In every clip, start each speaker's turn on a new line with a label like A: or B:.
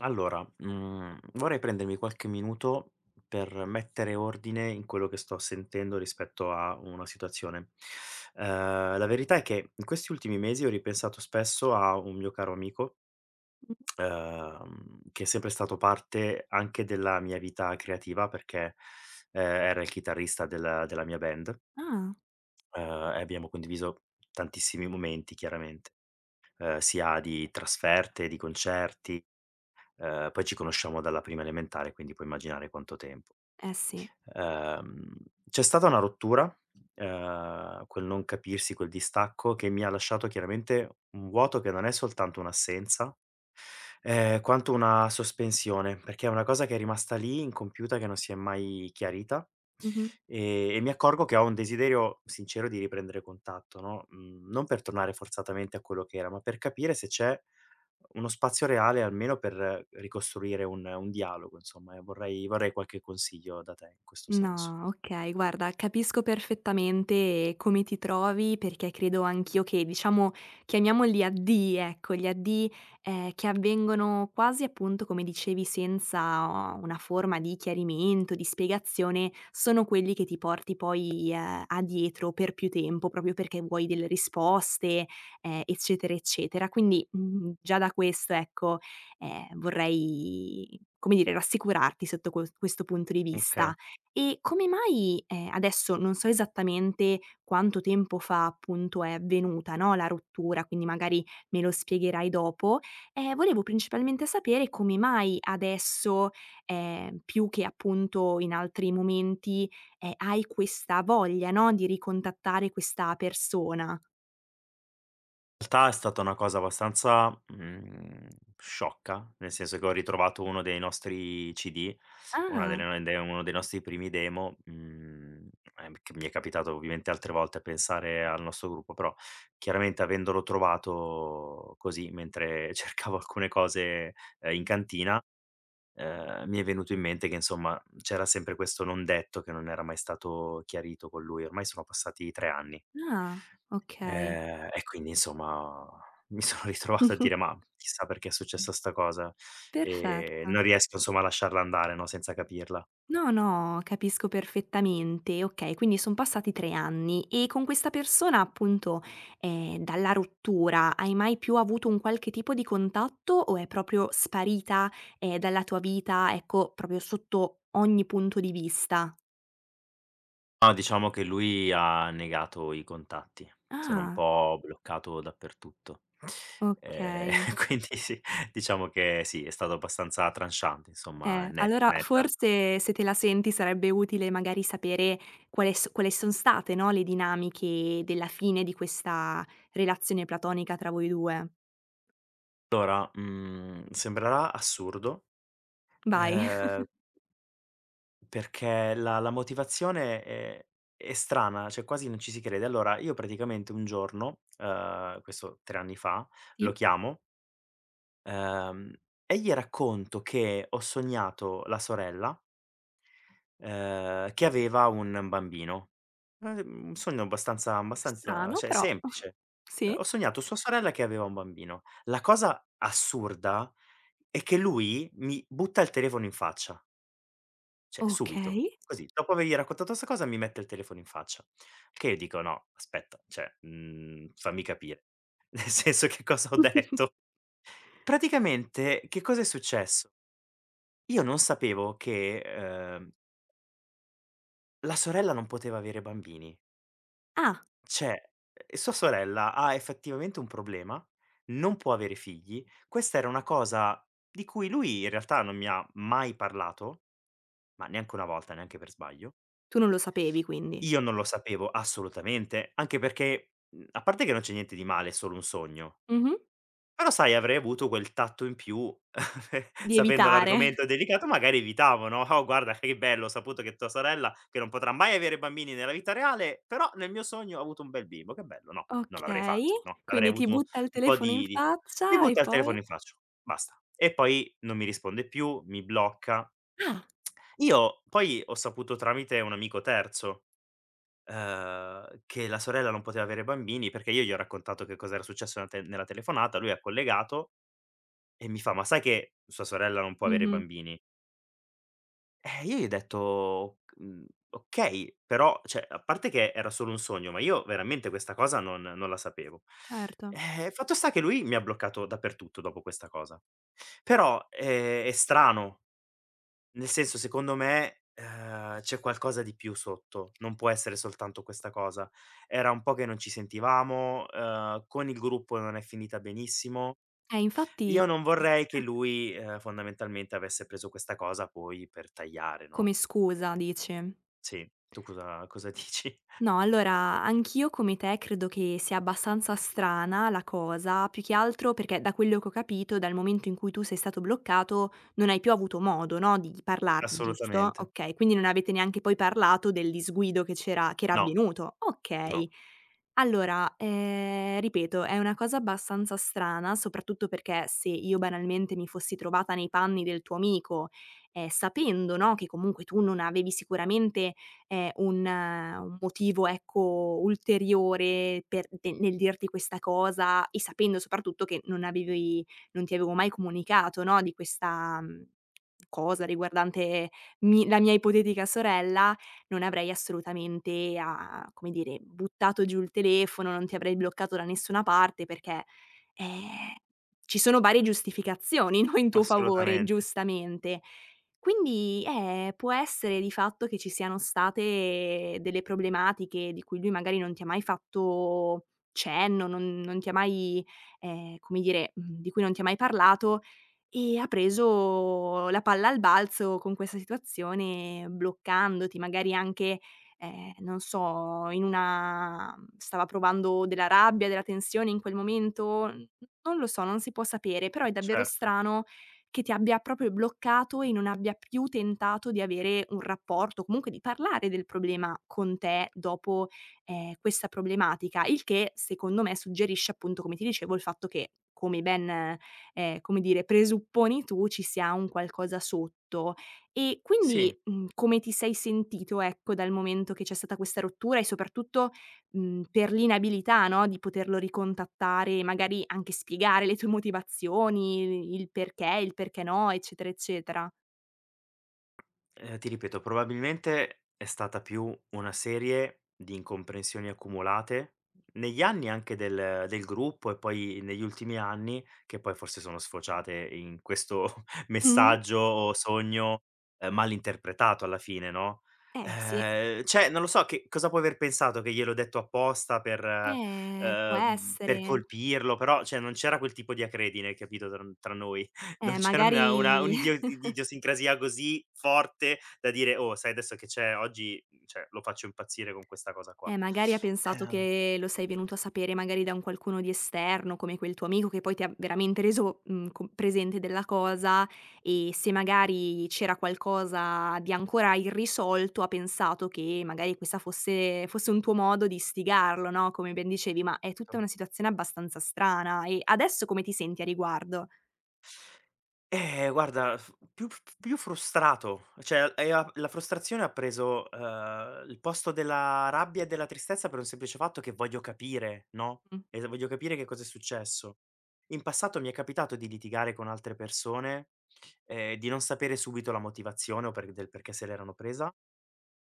A: Allora, vorrei prendermi qualche minuto per mettere ordine in quello che sto sentendo rispetto a una situazione. La verità è che in questi ultimi mesi ho ripensato spesso a un mio caro amico, che è sempre stato parte anche della mia vita creativa perché, era il chitarrista della mia band,
B: Ah,
A: ehm, e abbiamo condiviso tantissimi momenti chiaramente, sia di trasferte, di concerti. Poi ci conosciamo dalla prima elementare, quindi puoi immaginare quanto tempo.
B: eh sì.
A: Ehm, C'è stata una rottura, quel non capirsi, quel distacco che mi ha lasciato chiaramente un vuoto che non è soltanto un'assenza, quanto una sospensione, perché è una cosa che è rimasta lì incompiuta, che non si è mai chiarita.
B: Mh-mh.
A: E mi accorgo che ho un desiderio sincero di riprendere contatto, no, non per tornare forzatamente a quello che era, ma per capire se c'è uno spazio reale almeno per ricostruire un dialogo insomma, e vorrei qualche consiglio da te in questo senso.
B: No, okay. Guarda, capisco perfettamente come ti trovi perché credo anch'io che, diciamo, chiamiamoli addii, ecco, gli addii, che avvengono quasi appunto, come dicevi, senza una forma di chiarimento, di spiegazione, sono quelli che ti porti poi, a dietro per più tempo, proprio perché vuoi delle risposte, eccetera, eccetera. Quindi, già da questo, ecco, vorrei, come dire, rassicurarti sotto questo punto di
A: Okay.
B: vista. E come mai, adesso non so esattamente quanto tempo fa appunto è avvenuta, no, la rottura, quindi magari me lo spiegherai dopo, volevo principalmente sapere come mai adesso, più che appunto in altri momenti, hai questa voglia, no, di ricontattare questa persona.
A: In realtà è stata una cosa abbastanza, sciocca, nel senso che ho ritrovato uno dei nostri CD, una delle
B: Ah,
A: no de uno dei nostri primi demo, che mi è capitato ovviamente altre volte a pensare al nostro gruppo, però chiaramente avendolo trovato così mentre cercavo alcune cose, in cantina, mi è venuto in mente che insomma c'era sempre questo non detto che non era mai stato chiarito con lui. Ormai sono passati 3 anni.
B: ah, okay.
A: E quindi insomma mi sono ritrovato a dire: "Ma chissà perché è successa sta cosa",
B: Perfetto.
A: non riesco insomma a lasciarla andare, no, senza capirla.
B: No, no, capisco perfettamente. Okay, quindi son passati 3 anni e con questa persona appunto, dalla rottura hai mai più avuto un qualche tipo di contatto o è proprio sparita, dalla tua vita, ecco, proprio sotto ogni punto di vista?
A: No, diciamo che lui ha negato i contatti. Sono un
B: Ah,
A: po' bloccato dappertutto. Ehm,
B: okay.
A: quindi sì, diciamo che sì, è stato abbastanza tranchant insomma, net
B: Allora
A: netta.
B: forse se te la senti sarebbe utile magari sapere quale s quali son state, no, le dinamiche della fine di questa relazione platonica tra voi 2.
A: Allora, sembrerà assurdo,
B: Vai.
A: ehm, perché la motivazione è strana, cioè quasi non ci si crede. Allora, io praticamente un giorno, questo 3 anni fa, lo
B: Sì.
A: chiamo, ehm, e gli racconto che ho sognato la sorella, che aveva un bambino. Ma, un sogno abbastanza
B: Strano
A: cioè
B: però
A: semplice.
B: sì,
A: Ho sognato sua sorella che aveva un bambino. La cosa assurda è che lui mi butta il telefono in faccia, cioè subito,
B: okay.
A: così. Dopo avergli raccontato 'sta cosa mi mette il telefono in faccia. Che io dico: "No, aspetta, cioè, fammi capire." Nel senso, che cosa ho detto. Praticamente che cosa è successo? Io non sapevo che, la sorella non poteva avere bambini.
B: Ah,
A: C'è sua sorella ha effettivamente un problema, non può avere figli. Questa era una cosa di cui lui in realtà non mi ha mai parlato, ma neanche una volta, neanche per sbaglio.
B: tu non lo sapevi quindi.
A: Io non lo sapevo assolutamente, anche perché, a parte che non c'è niente di male, è solo un sogno.
B: Mh-mh.
A: Però sai, avrei avuto quel tatto in più,
B: Di
A: sapendo
B: evitare.
A: l'argomento delicato magari evitavo, no: "Oh, guarda che bello, ho saputo che tua sorella, che non potrà mai avere bambini nella vita reale, però nel mio sogno ha avuto un bel bimbo, che bello." No, non l'avrei
B: Okay,
A: fatto, no, avrei
B: quindi ti
A: avuto
B: butta il
A: un po'
B: telefono in
A: di mi
B: faccia e
A: butta il
B: poi?
A: telefono in faccia, basta. E poi non mi risponde più, mi blocca.
B: Ah.
A: Io poi ho saputo tramite un amico terzo, che la sorella non poteva avere bambini, perché io gli ho raccontato che cos'era successo nella telefonata, lui ha collegato e mi fa: "Ma sai che sua sorella non può avere
B: Mh-mh,
A: bambini?" Io gli ho detto: "Mhmm, okay, però", cioè, a parte che era solo un sogno, ma io veramente questa cosa non la sapevo.
B: certo.
A: Fatto sta che lui mi ha bloccato dappertutto dopo questa cosa. Però, è strano, nel senso, secondo me, c'è qualcosa di più sotto, non può essere soltanto questa cosa. Era un po' che non ci sentivamo, con il gruppo non è finita benissimo.
B: Eh infatti
A: Io non vorrei che lui, fondamentalmente, avesse preso questa cosa poi per tagliare, no,
B: come scusa dici?
A: sì. Tu cosa dici?
B: No, allora anch'io come te credo che sia abbastanza strana la cosa, più che altro perché da quello che ho capito, dal momento in cui tu sei stato bloccato, non hai più avuto modo, no, di parlarne, giusto?
A: Assolutamente.
B: Okay, quindi non avete neanche poi parlato del disguido che c'era che era
A: No,
B: avvenuto. Okay.
A: no,
B: Allora, ripeto, è una cosa abbastanza strana, soprattutto perché se io banalmente mi fossi trovata nei panni del tuo amico, sapendo, no, che comunque tu non avevi sicuramente è un motivo, ecco, ulteriore per de nel dirti questa cosa e sapendo soprattutto che non ti avevo mai comunicato, no, di questa, cosa riguardante mi la mia ipotetica sorella, non avrei assolutamente a come dire, buttato giù il telefono, non ti avrei bloccato da nessuna parte perché, ehm, ci sono varie giustificazioni, no, in tuo favore,
A: assolutamente,
B: giustamente. Quindi, può essere di fatto che ci siano state delle problematiche di cui lui magari non ti ha mai fatto cenno, non ti ha mai come dire, di cui non ti ha mai parlato e ha preso la palla al balzo con questa situazione, bloccandoti, magari anche, non so, in una stava provando della rabbia, della tensione in quel momento, n non lo so, non si può sapere, però è davvero
A: certo.
B: strano che ti abbia proprio bloccato e non abbia più tentato di avere un rapporto, comunque di parlare del problema con te dopo, questa problematica. Il che, secondo me, suggerisce appunto, come ti dicevo, il fatto che, come ben come dire, presupponi tu ci sia un qualcosa sotto. E
A: Sì.
B: quindi, come ti sei sentito, ecco, dal momento che c'è stata questa rottura e soprattutto, per l'inabilità, no, di poterlo ricontattare e magari anche spiegare le tue motivazioni, il perché no, eccetera, eccetera.
A: Ti ripeto, probabilmente è stata più una serie di incomprensioni accumulate negli anni, anche del gruppo, e poi negli ultimi anni, che poi forse sono sfociate in questo
B: Mh-mh.
A: messaggio o sogno, mal interpretato alla fine, no,
B: Eh sì,
A: cioè non lo so che cosa può aver pensato, che gliel'ho detto apposta per eh,
B: può
A: ehm, per
B: essere.
A: colpirlo, però cioè non c'era quel tipo di acredine, capito, tra noi. Non c'era
B: Magari.
A: una un'idio un'idiosincrasia così forte da dire: "Oh, sai adesso che c'è oggi, mhmm, cioè lo faccio impazzire con questa cosa qua."
B: Magari ha pensato
A: Esatto.
B: che lo sei venuto a sapere magari da un qualcuno di esterno, come quel tuo amico che poi ti ha veramente reso, co presente della cosa e se magari c'era qualcosa di ancora irrisolto, ha pensato che magari questa fosse un tuo modo di sfigarlo, no, come ben dicevi, ma è tutta una situazione abbastanza strana. E adesso come ti senti a riguardo?
A: Guarda, f più frustrato, cioè e a la frustrazione ha preso, il posto della rabbia e della tristezza, per un semplice fatto che voglio capire, no,
B: Mh.
A: e voglio capire che cosa è successo. In passato mi è capitato di litigare con altre persone, di non sapere subito la motivazione o perché se l'erano presa.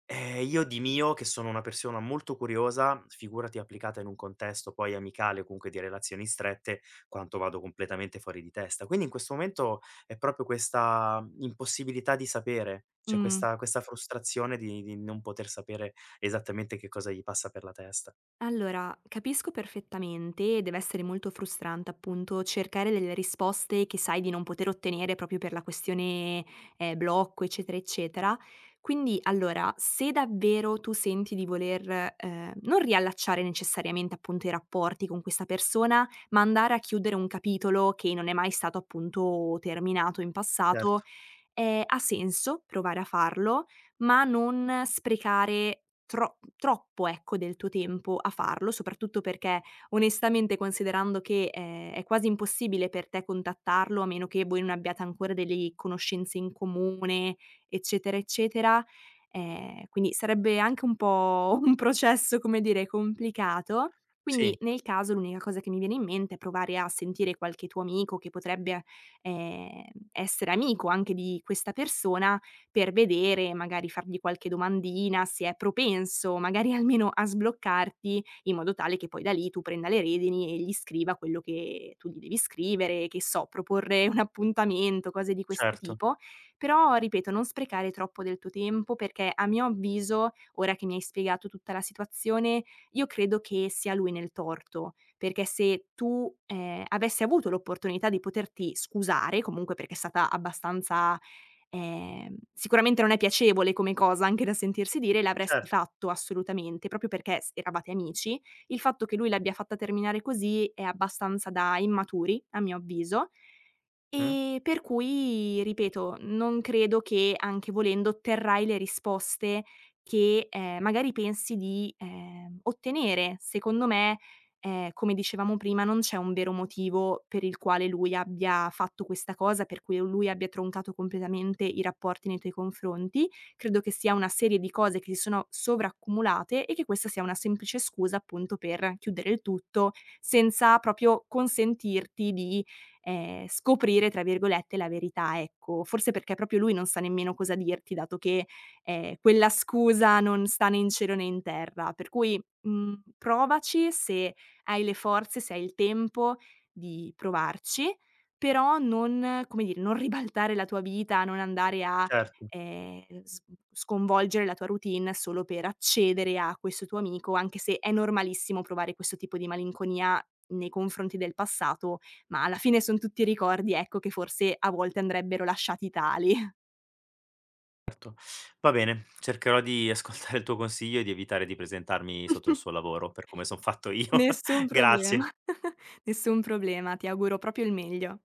A: Io di mio, che sono una persona molto curiosa, figurati applicata in un contesto poi amicale o comunque di relazioni strette, quanto vado completamente fuori di testa. Quindi in questo momento è proprio questa impossibilità di sapere, cioè
B: Mh.
A: questa frustrazione di non poter sapere esattamente che cosa gli passa per la testa.
B: Allora, capisco perfettamente, deve essere molto frustrante appunto cercare delle risposte che sai di non poter ottenere proprio per la questione blocco, eccetera, eccetera. Quindi, allora, se davvero tu senti di voler non riallacciare necessariamente appunto i rapporti con questa persona, ma andare a chiudere un capitolo che non è mai stato appunto terminato in passato,
A: Certo.
B: ha senso provare a farlo, ma non sprecare troppo, ecco, del tuo tempo a farlo, soprattutto perché onestamente considerando che, è quasi impossibile per te contattarlo, a meno che voi non abbiate ancora delle conoscenze in comune, eccetera, eccetera, quindi sarebbe anche un po' un processo, come dire, complicato. Quindi
A: Sì,
B: nel caso l'unica cosa che mi viene in mente è provare a sentire qualche tuo amico che potrebbe, ehm, essere amico anche di questa persona per vedere, magari fargli qualche domandina, se è propenso, magari almeno a sbloccarti, in modo tale che poi da lì tu prenda le redini e gli scriva quello che tu gli devi scrivere, che so, proporre un appuntamento, cose di questo
A: certo,
B: tipo. Però, ripeto, non sprecare troppo del tuo tempo perché a mio avviso, ora che mi hai spiegato tutta la situazione, io credo che sia lui nel torto, perché se tu, avessi avuto l'opportunità di poterti scusare, comunque perché è stata abbastanza. Sicuramente non è piacevole come cosa anche da sentirsi dire, l'avresti
A: certo.
B: fatto assolutamente, proprio perché s eravate amici. Il fatto che lui l'abbia fatta terminare così è abbastanza da immaturi, a mio avviso.
A: Mh,
B: Per cui, ripeto, non credo che, anche volendo, otterrai le risposte che, magari pensi di, ottenere. Secondo me, come dicevamo prima, non c'è un vero motivo per il quale lui abbia fatto questa cosa, per cui lui abbia troncato completamente i rapporti nei tuoi confronti. Credo che sia una serie di cose che si sono sovraccumulate e che questa sia una semplice scusa, appunto, per chiudere il tutto, senza proprio consentirti di "scoprire" tra virgolette la verità, ecco. Forse perché proprio lui non sa nemmeno cosa dirti, dato che, quella scusa non sta né in cielo né in terra. Per cui, provaci se hai le forze, se hai il tempo di provarci, però non come dire, non ribaltare la tua vita, non andare a,
A: certo.
B: s sconvolgere la tua routine solo per accedere a questo tuo amico, anche se è normalissimo provare questo tipo di malinconia nei confronti del passato ma alla fine son tutti ricordi, ecco, che forse a volte andrebbero lasciati tali.
A: Va bene, cercherò di ascoltare il tuo consiglio e di evitare di presentarmi sotto il suo lavoro, per come son fatto io.
B: Nessun problema,
A: Grazie.
B: nessun problema, ti auguro proprio il meglio.